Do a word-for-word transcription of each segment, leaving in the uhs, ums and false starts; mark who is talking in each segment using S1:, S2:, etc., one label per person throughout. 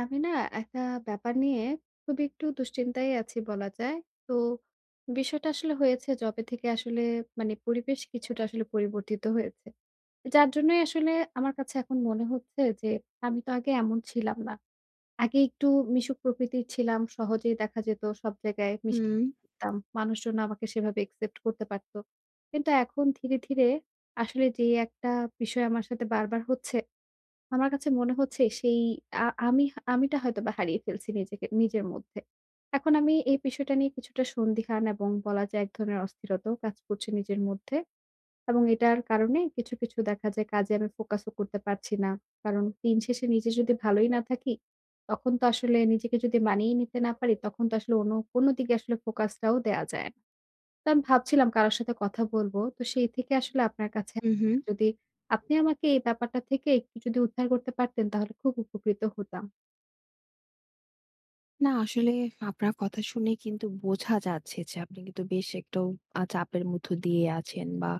S1: আমি না একটা ব্যাপার নিয়ে খুবই একটু দুশ্চিন্তায় আছি বলা যায়। তো বিষয়টা আসলে হয়েছে যবে থেকে আসলে মানে পরিবেশ কিছুটা আসলে পরিবর্তিত হয়েছে। যার জন্যই আসলে আমার কাছে এখন মনে হচ্ছে যে আমি তো আগে এমন ছিলাম না। আগে একটু মিশুক প্রকৃতির ছিলাম। সহজেই দেখা যেত, সব জায়গায় মিশে
S2: হুম,
S1: যেতাম। মানুষজন আমাকে সেভাবে একসেপ্ট করতে পারত। কিন্তু এখন ধীরে, ধীরে আসলে যে একটা বিষয় আমার সাথে বারবার হচ্ছে, আমার কাছে মনে হচ্ছে সেই আ আমি, আমিটা হয়তোবা হারিয়ে ফেলছি নিজেকে নিজের মধ্যে। এখন আমি এই বিষয়টা নিয়ে কিছুটা সন্দিহান, এবং বলা যায় এক ধরনের অস্থিরতাও কাজ করছে নিজের মধ্যে, এবং এটার কারণে কিছু, কিছু দেখা যায় কাজে আমি ফোকাসও করতে পারছি না। কারণ দিন শেষে নিজে যদি ভালোই না থাকি, তখন তো আসলে নিজেকে যদি মানিয়ে নিতে না পারি, তখন তো আসলে অন্য কোনো দিকে আসলে ফোকাসটাও দেয়া যায় না। তো আমি ভাবছিলাম কারো সাথে কথা বলব। তো সেই থেকে আসলে আপনার কাছে
S2: হু, হু।
S1: আসা। যদি আপনি আমাকে এই ব্যাপারটা থেকে একটু যদি উদ্ধার করতে পারতেন, তাহলে খুব উপকৃত হতাম।
S2: না আসলে আপনার কথা শুনে কিন্তু বোঝা যাচ্ছে যে আপনি কিন্তু বেশ একটু আ চাপের মধ্য দিয়ে আছেন বা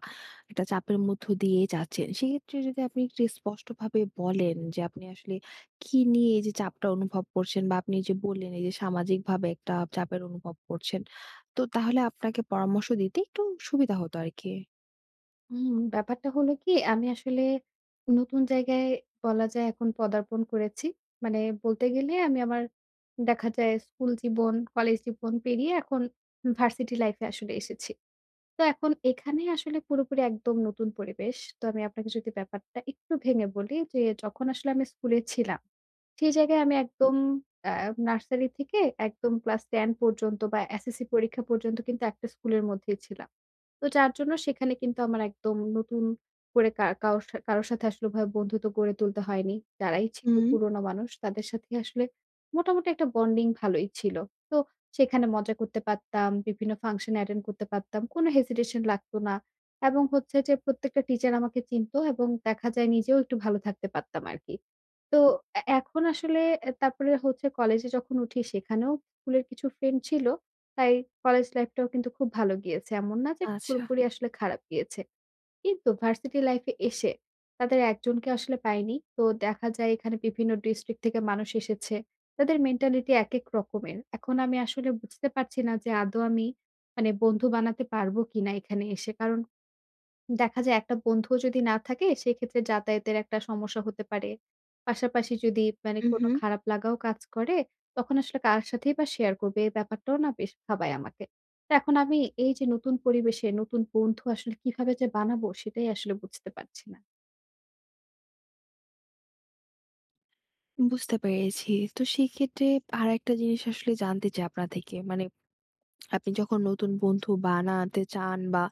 S2: একটা চাপের মধ্য দিয়ে যাচ্ছেন। সেক্ষেত্রে যদি আপনি একটু স্পষ্টভাবে বলেন যে আপনি আসলে কি নিয়ে এই যে চাপটা অনুভব করছেন, বা আপনি যে বললেন এই যে সামাজিকভাবে একটা চাপের অনুভব করছেন। তো তাহলে আপনাকে পরামর্শ দিতে একটু সুবিধা হতো আরকি।
S1: হুম, ব্যাপারটা হলো কি, আমি আসলে নতুন জায়গায় বলা যায় এখন পদার্পণ করেছি। মানে বলতে গেলে আমি আমার দেখা যায় স্কুল জীবন, কলেজ জীবন পেরিয়ে এখন ভার্সিটি লাইফ এ আসলে এসেছি। তো এখন এখানে আসলে পুরোপুরি একদম নতুন পরিবেশ। তো আমি আপনাকে যদি ব্যাপারটা একটু ভেঙে বলি, যে যখন আসলে আমি স্কুলে ছিলাম, সেই জায়গায় আমি একদম আ নার্সারি থেকে একদম ক্লাস দশ পর্যন্ত বা এসএসসি পরীক্ষা পর্যন্ত কিন্তু একটা স্কুলের মধ্যেই ছিলাম। তো যার জন্য সেখানে কিন্তু আমার একদম নতুন করে কা কারো সা কারো সাথে আসলে ওভাবে বন্ধুত্ব গড়ে তুলতে হয়নি। যারাই ছিল
S2: হুম,
S1: পুরনো মানুষ তাদের সাথে আসলে মোটামুটি একটা বন্ডিং ভালোই ছিল। তো সেখানে মজা করতে পারতাম, বিভিন্ন ফাংশন অ্যাটেন্ড করতে পারতাম। কোন হেজিটেশন লাগতো না। এবং হচ্ছে যে প্রত্যেকটা টিচার আমাকে চিনতো, এবং দেখা যায় নিজেও একটু ভালো থাকতে পারতাম আরকি। তো এ এখন আসলে এ তারপরে হচ্ছে কলেজে যখন উঠি সেখানেও স্কুলের কিছু ফ্রেন্ড ছিল। তাই কলেজ লাইফটাও কিন্তু খুব ভালো গিয়েছে। এমন না যে
S2: আচ্ছা।
S1: পুরোপুরি আসলে খারাপ গিয়েছে। কিন্তু ভার্সিটি লাইফে এসে তাদের একজনকে আসলে পাইনি। তো দেখা যায় এখানে বিভিন্ন ডিস্ট্রিক্ট থেকে মানুষ এসেছে। তাদের মেন্টালিটি একেক রকমের। এখন আমি আসলে বুঝতে পারছি না যে আদৌ আমি মানে বন্ধু বানাতে পারবো কিনা এখানে এসে। কারণ দেখা যায় একটা বন্ধুও যদি না থাকে, সেক্ষেত্রে যাতায়াতের একটা সমস্যা হতে পারে। পাশাপাশি যদি মানে
S2: হু,
S1: কোনো
S2: হু।
S1: খারাপ লাগাও কাজ করে, তখন আসলে কার সাথেই বা শেয়ার করবে? এই ব্যাপারটাও না বেশ ভাবায় আমাকে। তো এখন আমি এই যে নতুন পরিবেশে নতুন বন্ধু আসলে কিভাবে যে বানাবো সেটাই আসলে বুঝতে পারছি না।
S2: বুঝতে পেরেছি। তো সেক্ষেত্রে আরেকটা জিনিস আসলে জানতে চাই আপনার থেকে। মানে আপনি যখন নতুন বন্ধু বানাতে চান বা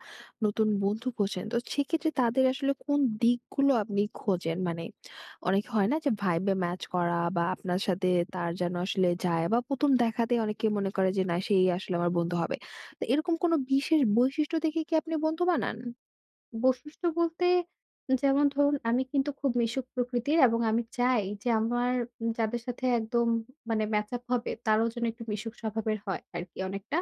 S2: নতুন বন্ধু খোঁজেন, তো সেক্ষেত্রে তাদের আসলে কোন দিকগুলো আপনি খোঁজেন? মানে অনেকে হয় না, যে ভাইবে ম্যাচ করা বা আপনার সাথে তার যেন আসলে যায়, বা প্রথম দেখাতেই অনেকে মনে করে যে না, সেই আসলে আমার বন্ধু হবে। তো এরকম কোনো বিশেষ বৈশিষ্ট্য দেখে কি আপনি বন্ধু বানান?
S1: বৈশিষ্ট্য বলতে যেমন ধরুন আমি কিন্তু খুব মিশুক প্রকৃতির, এবং আমি চাই যে আমার যাদের সাথে একদম মানে ম্যাচ আপ হবে তারাও যেন একটু মিশুক স্বভাবের হয় আরকি অনেকটা।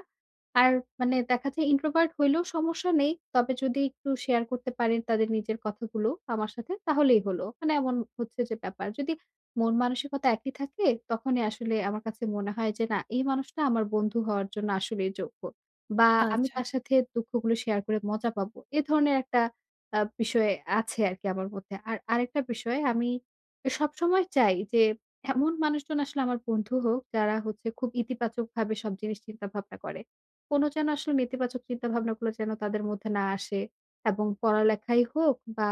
S1: আর মানে দেখা যায় ইন্ট্রোভার্ট হইলেও সমস্যা নেই। তবে যদি একটু শেয়ার করতে পারেন তাদের নিজের কথাগুলো আমার সাথে, তাহলেই হলো। মানে এমন হচ্ছে যে ব্যাপার। যদি মন মানসিকতা একই থাকে, তখনই আসলে আমার কাছে মনে হয় যে না, এই মানুষটা আমার বন্ধু হওয়ার জন্য আসলেই যোগ্য। বা আমি
S2: আচ্ছা।
S1: তার সাথে দুঃখগুলো শেয়ার করে মজা পাবো। এ ধরনের একটা আ বিষয় আছে আরকি আমার মধ্যে। আর আরেকটা বিষয়, আমি সবসময় চাই যে এমন মানুষজন আসলে আমার বন্ধু হোক যারা হচ্ছে খুব ইতিবাচকভাবে সব জিনিস চিন্তা ভাবনা করে। কোনো যেন আসলে নেতিবাচক চিন্তাভাবনাগুলো যেন তাদের মধ্যে না আসে, এবং পড়ালেখাই হোক বা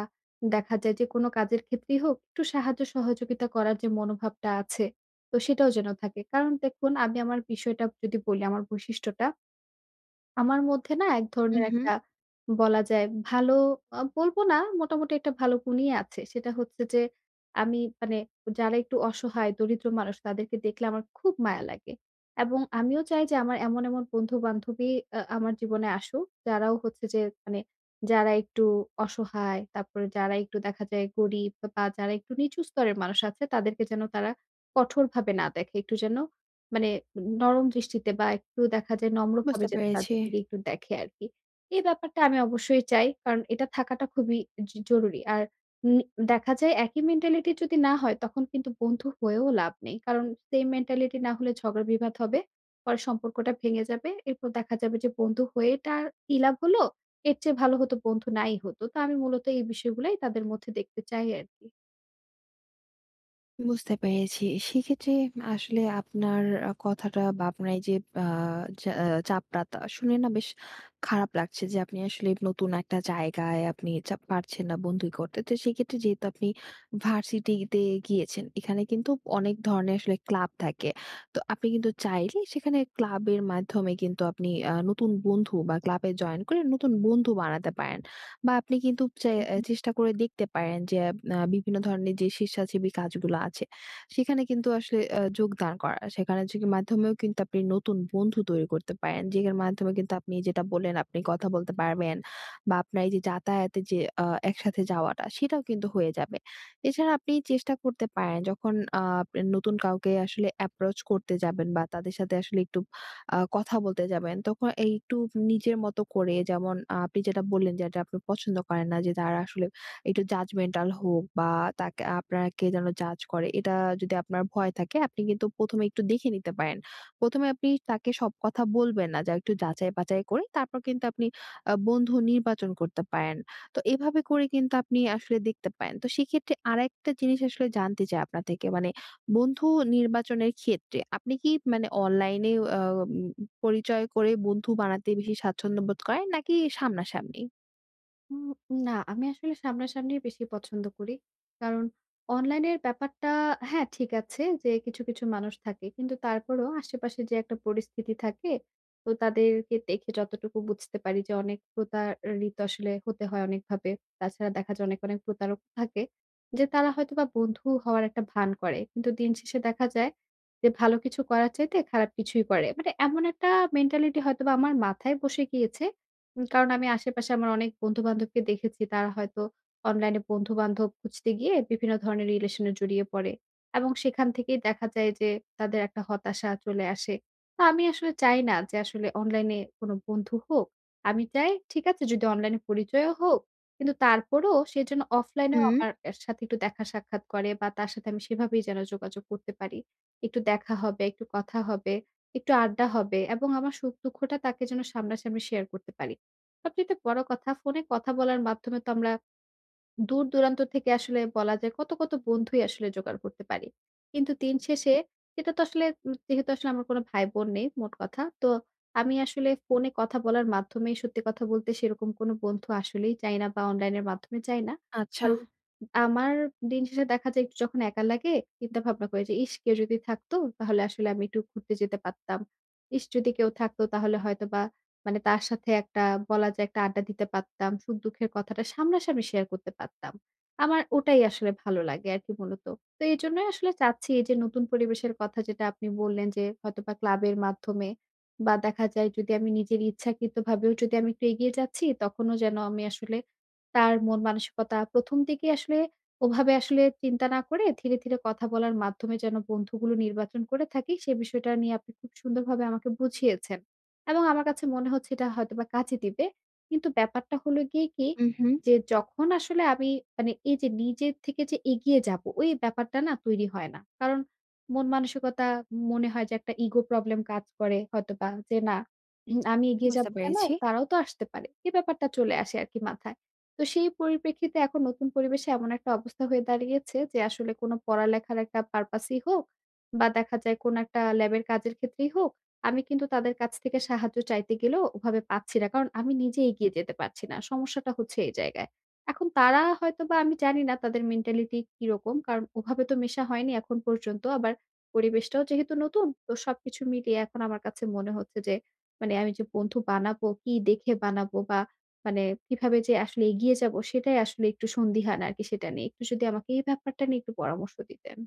S1: দেখা যায় যে কোনো কাজের ক্ষেত্রেই হোক একটু সাহায্য সহযোগিতা করার যে মনোভাবটা আছে, তো সেটাও যেন থাকে। কারণ দেখুন আমি আমার বিষয়টা যদি বলি, আমার বৈশিষ্ট্যটা আমার মধ্যে না এক ধরনের
S2: উহু,
S1: একটা বলা যায় ভালো আ বলব না, মোটামুটি একটা ভালো গুণই আছে। সেটা হচ্ছে যে আমি মানে যারা একটু অসহায় দরিদ্র মানুষ তাদেরকে দেখলে আমার খুব মায়া লাগে। এবং আমিও চাই যে আমার এমন, এমন বন্ধু-বান্ধবী আ আমার জীবনে আসুক, যারাও হচ্ছে যে মানে যারা একটু অসহায়, তারপরে যারা একটু দেখা যায় গরিব বা যারা একটু নিচু স্তরের মানুষ আছে তাদেরকে যেন তারা কঠোরভাবে না দেখে। একটু যেন মানে নরম দৃষ্টিতে বা একটু দেখা যায়
S2: বুঝতে
S1: নম্রভাবে যাতে
S2: পেরেছি।
S1: তাদের দিকে একটু দেখে আরকি। এই ব্যাপারটা আমি অবশ্যই চাই। কারণ এটা থাকাটা খুবই জ জরুরি। আর নি দেখা যায় একই মেন্টালিটি যদি না হয় তখন কিন্তু বন্ধু হয়েও লাভ নেই। কারণ সেম মেন্টালিটি না হলে ঝগড়া বিবাদ হবে। পরে সম্পর্কটা ভেঙে যাবে। এরপর দেখা যাবে যে বন্ধু হয়ে এটা আর কি লাভ হলো? এর চেয়ে ভালো হতো বন্ধু নাই হতো। তো আমি মূলত এই বিষয়গুলাই তাদের মধ্যে দেখতে চাই আরকি।
S2: বুঝতে পেরেছি। সেক্ষেত্রে আসলে আপনার আ কথাটা বা আপনার এই যে আ চা আহ, চাপটা তা শুনে না বেশ খারাপ লাগছে যে আপনি আসলে নতুন একটা জায়গায় আপনি চা পারছেন না বন্ধুই করতে। তো সেক্ষেত্রে যেহেতু আপনি ভার্সিটিতে গিয়েছেন, এখানে কিন্তু অনেক ধরনের আসলে ক্লাব থাকে। তো আপনি কিন্তু চাইলে সেখানে ক্লাবের মাধ্যমে কিন্তু আপনি আ নতুন বন্ধু, বা ক্লাবে জয়েন করে নতুন বন্ধু বানাতে পারেন। বা আপনি কিন্তু চে এ চেষ্টা করে দেখতে পারেন যে আ বিভিন্ন ধরনের যে স্বেচ্ছাসেবী কাজগুলো আছে, সেখানে কিন্তু আসলে আ যোগদান করা। সেখানে যোগের মাধ্যমেও কিন্তু আপনি নতুন বন্ধু তৈরি করতে পারেন, যেটার মাধ্যমে কিন্তু আপনি, যেটা বললেন, আপনি কথা বলতে পারবেন, বা আপনার এই যে যাতায়াতে যে আ একসাথে যাওয়াটা, সেটাও কিন্তু হয়ে যাবে। এছাড়া আপনি চেষ্টা করতে পারেন, যখন আ আপনি নতুন কাউকে আসলে অ্যাপ্রোচ করতে যাবেন বা তাদের সাথে আসলে একটু আ কথা বলতে যাবেন, তখন এই একটু নিজের মতো করে, যেমন আ আপনি যেটা বললেন যেটা আপনি পছন্দ করেন না, যে তারা আসলে একটু judgemental হোক বা তাকে, আপনাকে যেন জাজ করে, এটা যদি আপনার ভয় থাকে, আপনি কিন্তু প্রথম এ একটু দেখে নিতে পারেন। প্রথম এ আপনি তাকে সব কথা বলবেন না, যা একটু যাচাই-বাচাই করে তারপর কিন্তু আপনি আ বন্ধু নির্বাচন করতে পারেন। তো এভাবে করে কিন্তু আপনি আসলে দেখতে পারেন। তো সেক্ষেত্রে আরেকটা জিনিস আসলে জানতে চাই আপনার থেকে, মানে বন্ধু নির্বাচনের ক্ষেত্রে আপনি কি, মানে, অনলাইনে আহ, উম, পরিচয় করে বন্ধু বানাতে বেশি স্বাচ্ছন্দ্য বোধ করেন, নাকি সামনাসামনি?
S1: উম না, আমি আসলে সামনাসামনি বেশি পছন্দ করি। কারণ অনলাইনের ব্যাপারটা হ্যাঁ, ঠিক আছে যে কিছু, কিছু মানুষ থাকে। কিন্তু তারপরেও আশেপাশে যে একটা পরিস্থিতি থাকে, তো তাদেরকে দেখে যতটুকু বুঝতে পারি যে অনেক প্রতারিত আসলে হতে হয় অনেকভাবে। তাছাড়া দেখা যায় অনেক, অনেক প্রতারক থাকে, যে তারা হয়তোবা বন্ধু হওয়ার একটা ভান করে। কিন্তু দিন শেষে দেখা যায় যে ভালো কিছু করার চাইতে খারাপ কিছুই করে। মানে এমন একটা মেন্টালিটি হয়তোবা আমার মাথায় বসে গিয়েছে। উম কারণ আমি আশেপাশে আমার অনেক বন্ধু-বান্ধবকে দেখেছি তারা হয়তো অনলাইনে বন্ধু-বান্ধব খুঁজতে গিয়ে বিভিন্ন ধরনের রিলেশন এ জড়িয়ে পড়ে, এবং সেখান থেকেই দেখা যায় যে তাদের একটা হতাশা চলে আসে। তো আমি আসলে চাই না যে আসলে অনলাইনে কোনো বন্ধু হোক। আমি চাই ঠিক আছে, যদি অনলাইনে পরিচয়ও হোক, কিন্তু তারপরেও সে যেন অফলাইনেও
S2: হুম।
S1: আমার এর সাথে একটু দেখা সাক্ষাৎ করে বা তার সাথে আমি সেভাবেই যেন যোগাযোগ করতে পারি। একটু দেখা হবে, একটু কথা হবে, একটু আড্ডা হবে এবং আমার সুখ-দুঃখটা তাকে যেন সামনাসামনি শেয়ার করতে পারি। সবচাইতে বড় কথা, ফোনে কথা বলার মাধ্যমে তো আমরা দূর-দূরান্ত থেকে আসলে বলা যায় কত, কত বন্ধুই আসলে জোগাড় করতে পারি। কিন্তু দিন শেষে সেটা তো আসলে উম যেহেতু আসলে আমার কোনো ভাই-বোন নেই মোট কথা। তো আমি আসলে ফোনে কথা বলার মাধ্যমেই সত্যি কথা বলতে সেরকম কোনো বন্ধু আসলেই চাই না বা অনলাইনের মাধ্যমে চাই না।
S2: আচ্ছা।
S1: কারণ আমার দিন শেষে দেখা যায় একটু যখন একা লাগে, চিন্তা-ভাবনা করি যে, "ইস! কেউ যদি থাকতো তাহলে আসলে আমি একটু ঘুরতে যেতে পারতাম। ইস! যদি কেউ থাকতো তাহলে হয়তোবা মানে তার সাথে একটা বলা যায় একটা আড্ডা দিতে পারতাম। সুখ-দুঃখের কথাটা সামনাসামনি শেয়ার করতে পারতাম।" আমার ওটাই আসলে ভালো লাগে আরকি মূলত। তো এজন্যই আসলে চাচ্ছি, এই যে নতুন পরিবেশের কথা যেটা আপনি বললেন যে হয়তোবা ক্লাবের মাধ্যমে বা দেখা যায়, যদি আমি নিজের ইচ্ছাকৃতভাবেও যদি আমি একটু এগিয়ে যাচ্ছি তখনও যেন আমি আসলে তার মন মানসিকতা প্রথম দিকে আসলে ওভাবে আসলে চিন্তা না করে ধীরে, ধীরে কথা বলার মাধ্যমে যেন বন্ধুগুলো নির্বাচন করে থাকি, সে বিষয়টা নিয়ে আপনি খুব সুন্দরভাবে আমাকে বুঝিয়েছেন। এবং আমার কাছে মনে হচ্ছে এটা হয়তোবা কাজে দিবে। কিন্তু ব্যাপারটা হলো গিয়ে কি,
S2: হুম, হুম।
S1: যে যখন আসলে আমি মানে এই যে নিজের থেকে যে এগিয়ে যাবো, ওই ব্যাপারটা না তৈরি হয় না। কারণ মন মানসিকতা মনে হয় যে একটা ইগো প্রবলেম কাজ করে হয়তোবা যে না, উম, আমি এগিয়ে
S2: বুঝতে
S1: যাবো কেন?
S2: পেরেছি।
S1: তারাও তো আসতে পারে। এ ব্যাপারটা চলে আসে আরকি মাথায়। তো সেই পরিপ্রেক্ষিতে এখন নতুন পরিবেশে এমন একটা অবস্থা হয়ে দাঁড়িয়েছে যে আসলে কোনো পড়ালেখার একটা পারপাসই হোক বা দেখা যায় কোনো একটা ল্যাবের কাজের ক্ষেত্রেই হোক, আমি কিন্তু তাদের কাছ থেকে সাহায্য চাইতে গেলেও ওভাবে পাচ্ছি না। কারণ আমি নিজে এগিয়ে যেতে পারছি না। সমস্যাটা হচ্ছে এই জায়গায়। এখন তারা হয়তোবা, আমি জানি না তাদের মেন্টালিটি কিরকম। কারণ ওভাবে তো মেশা হয়নি এখন পর্যন্ত। আবার পরিবেশটাও যেহেতু নতুন, তো সবকিছু মিলিয়ে এখন আমার কাছে মনে হচ্ছে যে মানে আমি যে বন্ধু বানাবো, কি দেখে বানাবো বা মানে কিভাবে যে আসলে এগিয়ে যাবো সেটাই আসলে একটু সন্দিহান আরকি সেটা নিয়ে। একটু যদি আমাকে এই ব্যাপারটা নিয়ে একটু পরামর্শ দিতেন।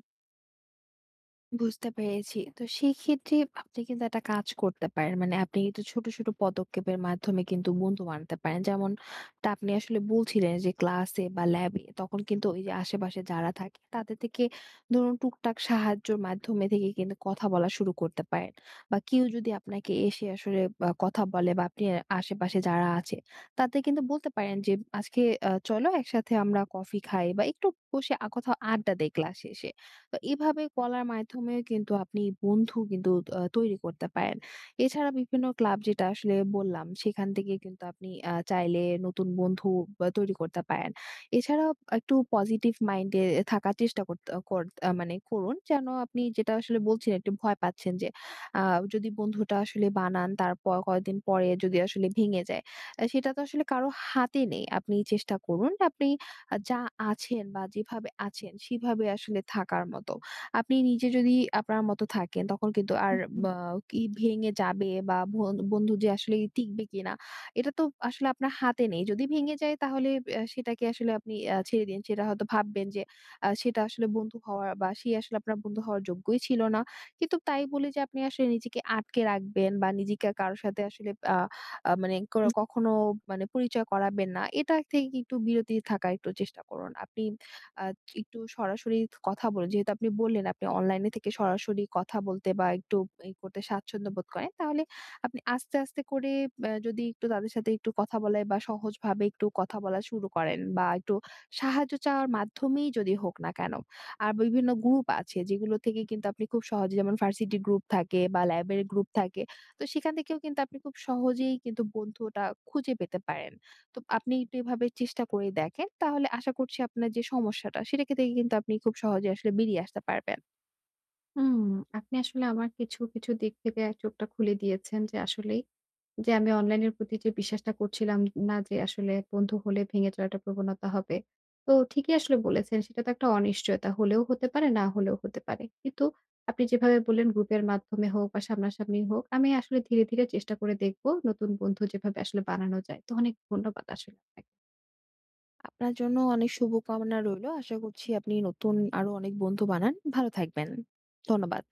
S2: বুঝতে পেরেছি। তো সেই ক্ষেত্রে আপনি কিন্তু একটা কাজ করতে পারেন। মানে আপনি কিন্তু ছোট, ছোট পদক্ষেপের মাধ্যমে কিন্তু বন্ধু বানাতে পারেন। যেমনটা আপনি আসলে বলছিলেন যে ক্লাসে বা ল্যাবে, তখন কিন্তু ওই যে আশেপাশে যারা থাকে তাদের থেকে, ধরুন, টুকটাক সাহায্যর মাধ্যমে থেকে কিন্তু কথা বলা শুরু করতে পারেন। বা কেউ যদি আপনাকে এসে আসলে আ কথা বলে, বা আপনি আশেপাশে যারা আছে তাদের কিন্তু বলতে পারেন যে, আজকে আ চলো একসাথে আমরা কফি খাই, বা একটু বসে আ কোথাও আড্ডা দেই ক্লাস শেষে। তো এভাবে গলার মাধ্যমেও কিন্তু আপনি বন্ধু কিন্তু আ তৈরি করতে পারেন। এছাড়া বিভিন্ন ক্লাব, যেটা আসলে বললাম, সেখান থেকে কিন্তু আপনি আ চাইলে নতুন বন্ধু বা তৈরি করতে পারেন। এছাড়াও একটু পজিটিভ মাইন্ডে থাকার চেষ্টা করতে কর আ মানে করুন। যেন আপনি, যেটা আসলে বলছিলেন, একটু ভয় পাচ্ছেন যে আ যদি বন্ধুটা আসলে বানান তারপর কয়েকদিন পরে যদি আসলে ভেঙে যায়, আ সেটা তো আসলে কারো হাতে নেই। আপনি চেষ্টা করুন। আপনি আ যা আছেন বা যেভাবে আছেন সেভাবে আসলে থাকার মতো। আপনি নিজে যদি আপনার মতো থাকেন, তখন কিন্তু আর বা কি ভেঙে যাবে বা বন বন্ধু যে আসলে টিকবে কিনা, এটা তো আসলে আপনার হাতে নেই। যদি ভেঙে যায় তাহলে আ সেটাকে আসলে আপনি আ ছেড়ে দিন। সেটা হয়তো ভাববেন যে আ সেটা আসলে বন্ধু হওয়ার, বা সে আসলে আপনার বন্ধু হওয়ার যোগ্যই ছিল না। কিন্তু তাই বলে যে আপনি আসলে নিজেকে আটকে রাখবেন বা নিজেকে কারো সাথে আসলে আ আ মানে ক কখনো মানে পরিচয় করাবেন না, এটা থেকে একটু বিরতি থাকার একটু চেষ্টা করুন। আপনি আ একটু সরাসরি কথা বলুন। যেহেতু আপনি বললেন, আপনি অনলাইনে থেকে সরাসরি কথা বলতে, বা একটু ই করতে স্বাচ্ছন্দ্য বোধ করেন, তাহলে আপনি আস্তে, আস্তে করে আ যদি একটু তাদের সাথে একটু কথা বলায়, বা সহজভাবে একটু কথা বলা শুরু করেন, বা একটু সাহায্য চাওয়ার মাধ্যমেই যদি হোক না কেন। আর বিভিন্ন গ্রুপ আছে যেগুলো থেকে কিন্তু আপনি খুব সহজে, যেমন ভার্সিটি গ্রুপ থাকে বা ল্যাবের গ্রুপ থাকে, তো সেখান থেকেও কিন্তু আপনি খুব সহজেই কিন্তু বন্ধুটা খুঁজে পেতে পারেন। তো আপনি একটু এভাবে চেষ্টা করে দেখেন। তাহলে আশা করছি আপনার যে সমস্যাটা, সেটাকে থেকে কিন্তু আপনি খুব সহজে আসলে বেরিয়ে আসতে পারবেন।
S1: হুম, আপনি আসলে আমার কিছু, কিছু দিক থেকে চোখটা খুলে দিয়েছেন যে আসলেই যে আমি অনলাইনের প্রতি যে বিশ্বাসটা করছিলাম, না যে আসলে বন্ধু হলে ভেঙে চলার একটা প্রবণতা হবে। তো ঠিকই আসলে বলেছেন, সেটা তো একটা অনিশ্চয়তা, হলেও হতে পারে, না হলেও হতে পারে। কিন্তু আপনি যেভাবে বললেন গ্রুপের মাধ্যমে হোক বা সামনাসামনি হোক, আমি আসলে ধীরে, ধীরে চেষ্টা করে দেখব নতুন বন্ধু যেভাবে আসলে বানানো যায়। তো অনেক ধন্যবাদ আসলে।
S2: আপনার জন্য অনেক শুভকামনা রইলো। আশা করছি আপনি নতুন আরো অনেক বন্ধু বানান। ভালো থাকবেন। ধন্যবাদ।